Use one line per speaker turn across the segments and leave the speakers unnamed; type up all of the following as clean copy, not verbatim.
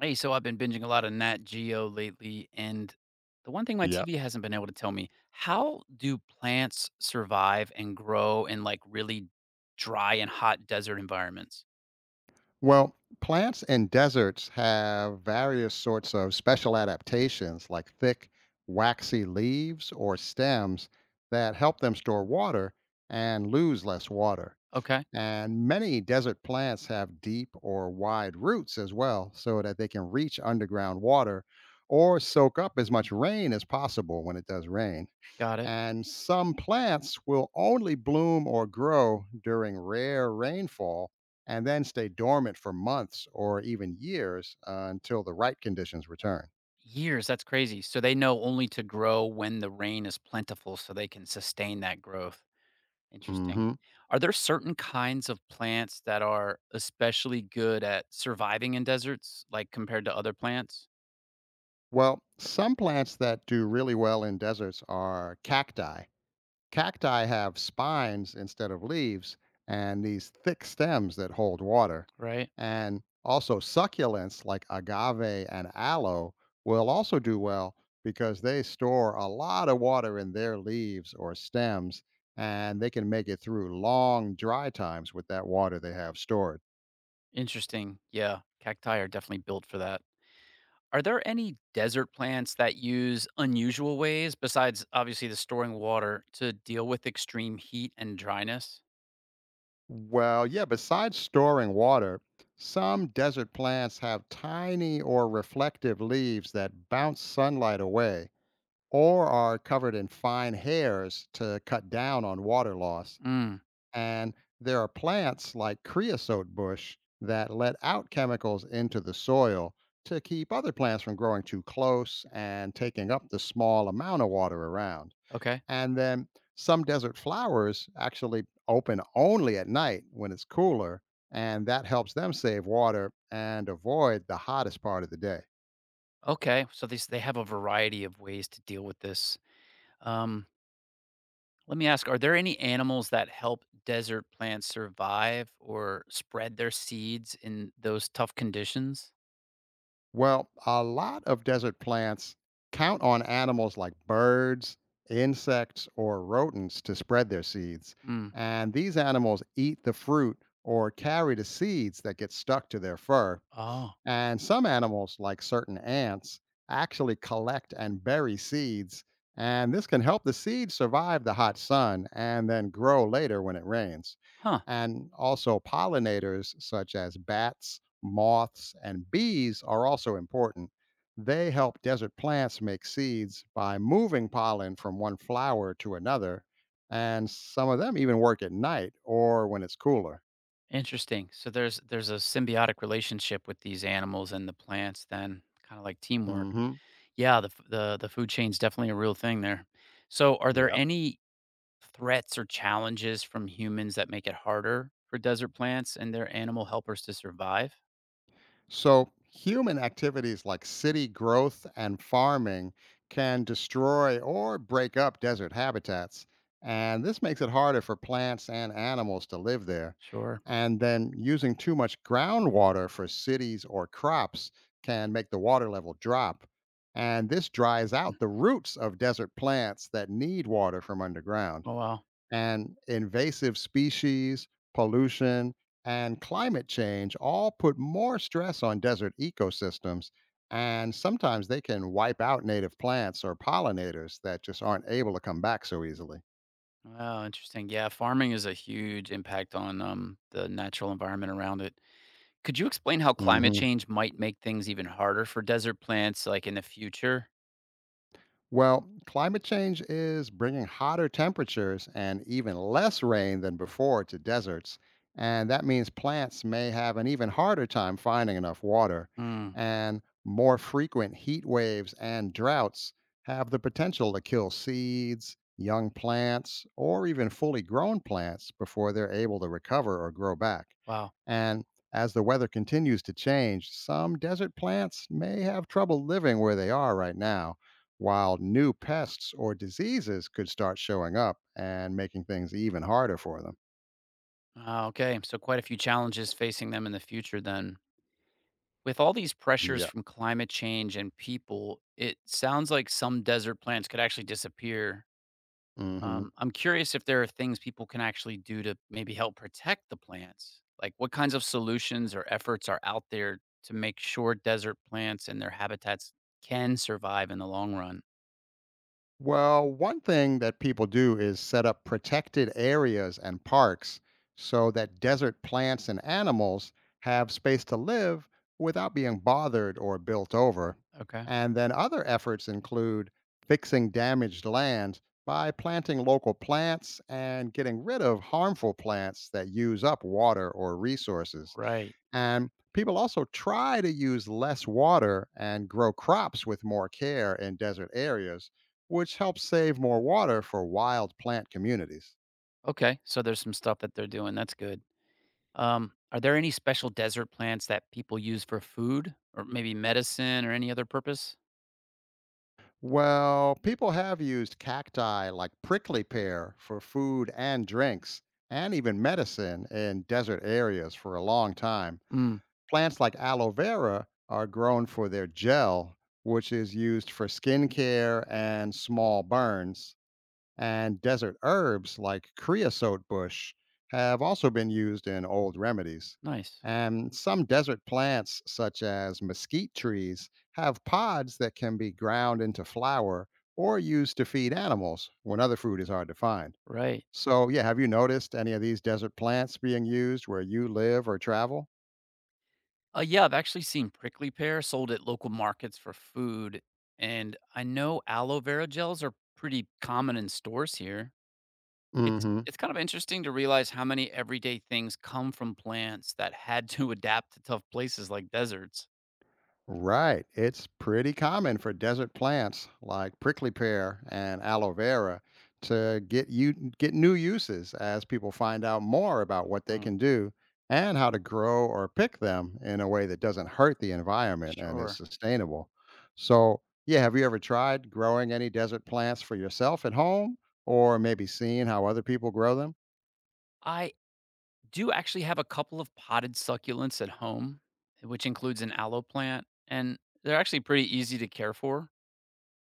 Hey, so I've been binging a lot of Nat Geo lately, and the one thing my
Yeah.
TV hasn't been able to tell me, how do plants survive and grow in like really dry and hot desert environments?
Well, plants in deserts have various sorts of special adaptations like thick, waxy leaves or stems that help them store water and lose less water.
Okay,
And many desert plants have deep or wide roots as well, so that they can reach underground water or soak up as much rain as possible when it does rain.
got it.
And some plants will only bloom or grow during rare rainfall and then stay dormant for months or even years until the right conditions return.
Years, that's crazy. So they know only to grow when the rain is plentiful so they can sustain that growth. Interesting.
Hmm.
Are there certain kinds of plants that are especially good at surviving in deserts, like compared to other plants?
Well, some plants that do really well in deserts are cacti. Cacti have spines instead of leaves and these thick stems that hold water.
Right.
And also, succulents like agave and aloe will also do well because they store a lot of water in their leaves or stems and they can make it through long dry times with that water they have stored.
Interesting. Yeah, cacti are definitely built for that. Are there any desert plants that use unusual ways besides obviously the storing water to deal with extreme heat and dryness?
Well, yeah, besides storing water, some desert plants have tiny or reflective leaves that bounce sunlight away or are covered in fine hairs to cut down on water loss.
Mm,
And there are plants like creosote bush that let out chemicals into the soil to keep other plants from growing too close and taking up the small amount of water around.
okay.
And then some desert flowers actually open only at night when it's cooler, and that helps them save water and avoid the hottest part of the day.
Okay. So these they have a variety of ways to deal with this. Um, Let me ask, are there any animals that help desert plants survive or spread their seeds in those tough conditions?
Well, a lot of desert plants count on animals like birds, insects, or rodents to spread their seeds.
Mm.
And these animals eat the fruit or carry the seeds that get stuck to their fur.
Oh.
And some animals, like certain ants, actually collect and bury seeds, and this can help the seeds survive the hot sun and then grow later when it rains.
Huh.
And also, pollinators such as bats, moths, and bees are also important. They help desert plants make seeds by moving pollen from one flower to another. And some of them even work at night or when it's cooler.
Interesting. So there's a symbiotic relationship with these animals and the plants then, kind of like teamwork.
Hmm.
Yeah, the f- the food chain's definitely a real thing there. So are there
Yep.
any threats or challenges from humans that make it harder for desert plants and their animal helpers to survive?
So, human activities like city growth and farming can destroy or break up desert habitats. And this makes it harder for plants and animals to live there.
Sure.
And then, using too much groundwater for cities or crops can make the water level drop. And this dries
Mm.
out the roots of desert plants that need water from underground,
Oh wow.
and invasive species, pollution, and climate change all put more stress on desert ecosystems. And sometimes they can wipe out native plants or pollinators that just aren't able to come back so easily.
Wow, interesting. Yeah, farming is a huge impact on the natural environment around it. Could you explain how climate
Hmm.
change might make things even harder for desert plants, like in the future?
Well, climate change is bringing hotter temperatures and even less rain than before to deserts. And that means plants may have an even harder time finding enough water.
Mm,
And more frequent heat waves and droughts have the potential to kill seeds, young plants, or even fully grown plants before they're able to recover or grow back.
wow.
And as the weather continues to change, some desert plants may have trouble living where they are right now while new pests or diseases could start showing up and making things even harder for them.
Ah, okay. So quite a few challenges facing them in the future then. With all these pressures
Yeah.
from climate change and people, it sounds like some desert plants could actually disappear.
Hmm.
I'm curious if there are things people can actually do to maybe help protect the plants. Like what kinds of solutions or efforts are out there to make sure desert plants and their habitats can survive in the long run?
Well, one thing that people do is set up protected areas and parks so that desert plants and animals have space to live without being bothered or built over.
Okay.
And then other efforts include fixing damaged land by planting local plants and getting rid of harmful plants that use up water or resources.
Right.
And people also try to use less water and grow crops with more care in desert areas, which helps save more water for wild plant communities.
Okay. So there's some stuff that they're doing. That's good. Are there any special desert plants that people use for food or maybe medicine or any other purpose?
Well, people have used cacti like prickly pear for food and drinks, and even medicine in desert areas for a long time.
Mm,
Plants like aloe vera are grown for their gel, which is used for skin care and small burns. And desert herbs like creosote bush have also been used in old remedies.
nice.
And some desert plants, such as mesquite trees, have pods that can be ground into flour or used to feed animals when other food is hard to find.
Right.
So, yeah, have you noticed any of these desert plants being used where you live or travel?
Yeah, I've actually seen prickly pear sold at local markets for food. And I know aloe vera gels are pretty common in stores here.
Mm
It's
hmm.
it's kind of interesting to realize how many everyday things come from plants that had to adapt to tough places like deserts.
Right. It's pretty common for desert plants like prickly pear and aloe vera to get you get new uses as people find out more about what they
Mm,
can do and how to grow or pick them in a way that doesn't hurt the environment and is
sure.
sustainable. So, yeah, have you ever tried growing any desert plants for yourself at home or maybe seeing how other people grow them?
I do actually have a couple of potted succulents at home, which includes an aloe plant, and they're actually pretty easy to care for.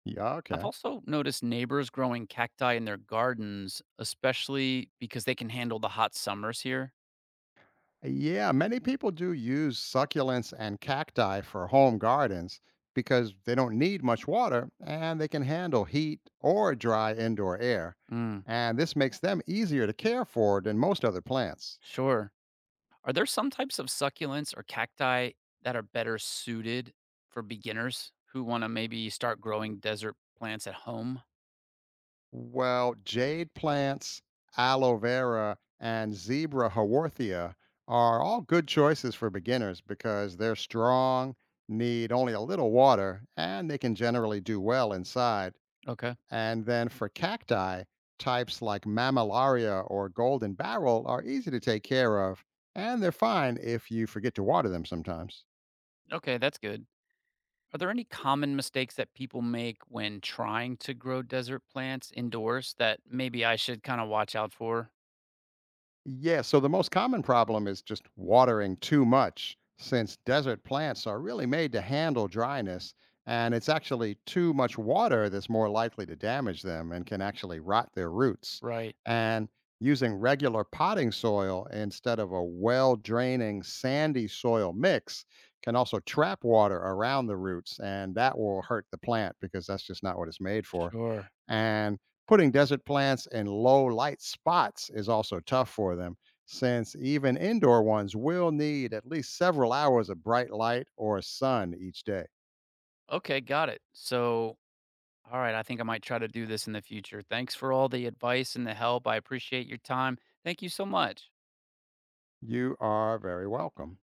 Yeah,
I've
okay.
also noticed neighbors growing cacti in their gardens, especially because they can handle the hot summers here.
Yeah, many people do use succulents and cacti for home gardens because they don't need much water and they can handle heat or dry indoor air.
Mm,
And this makes them easier to care for than most other plants.
sure. Are there some types of succulents or cacti that are better suited for beginners who want to maybe start growing desert plants at home?
Well, jade plants, aloe vera, and zebra haworthia are all good choices for beginners because they're strong, need only a little water, and they can generally do well inside.
Okay.
And then for cacti, types like mammillaria or golden barrel are easy to take care of, and they're fine if you forget to water them sometimes.
Okay, that's good. Are there any common mistakes that people make when trying to grow desert plants indoors that maybe I should kind of watch out for?
Yeah, so the most common problem is just watering too much, since desert plants are really made to handle dryness, and it's actually too much water that's more likely to damage them and can actually rot their roots.
Right.
And using regular potting soil instead of a well draining sandy soil mix can also trap water around the roots, and that will hurt the plant because that's just not what it's made for.
Sure.
And putting desert plants in low light spots is also tough for them, since even indoor ones will need at least several hours of bright light or sun each day.
Okay, got it. So, all right, I think I might try to do this in the future. Thanks for all the advice and the help. I appreciate your time. Thank you so much.
You are very welcome.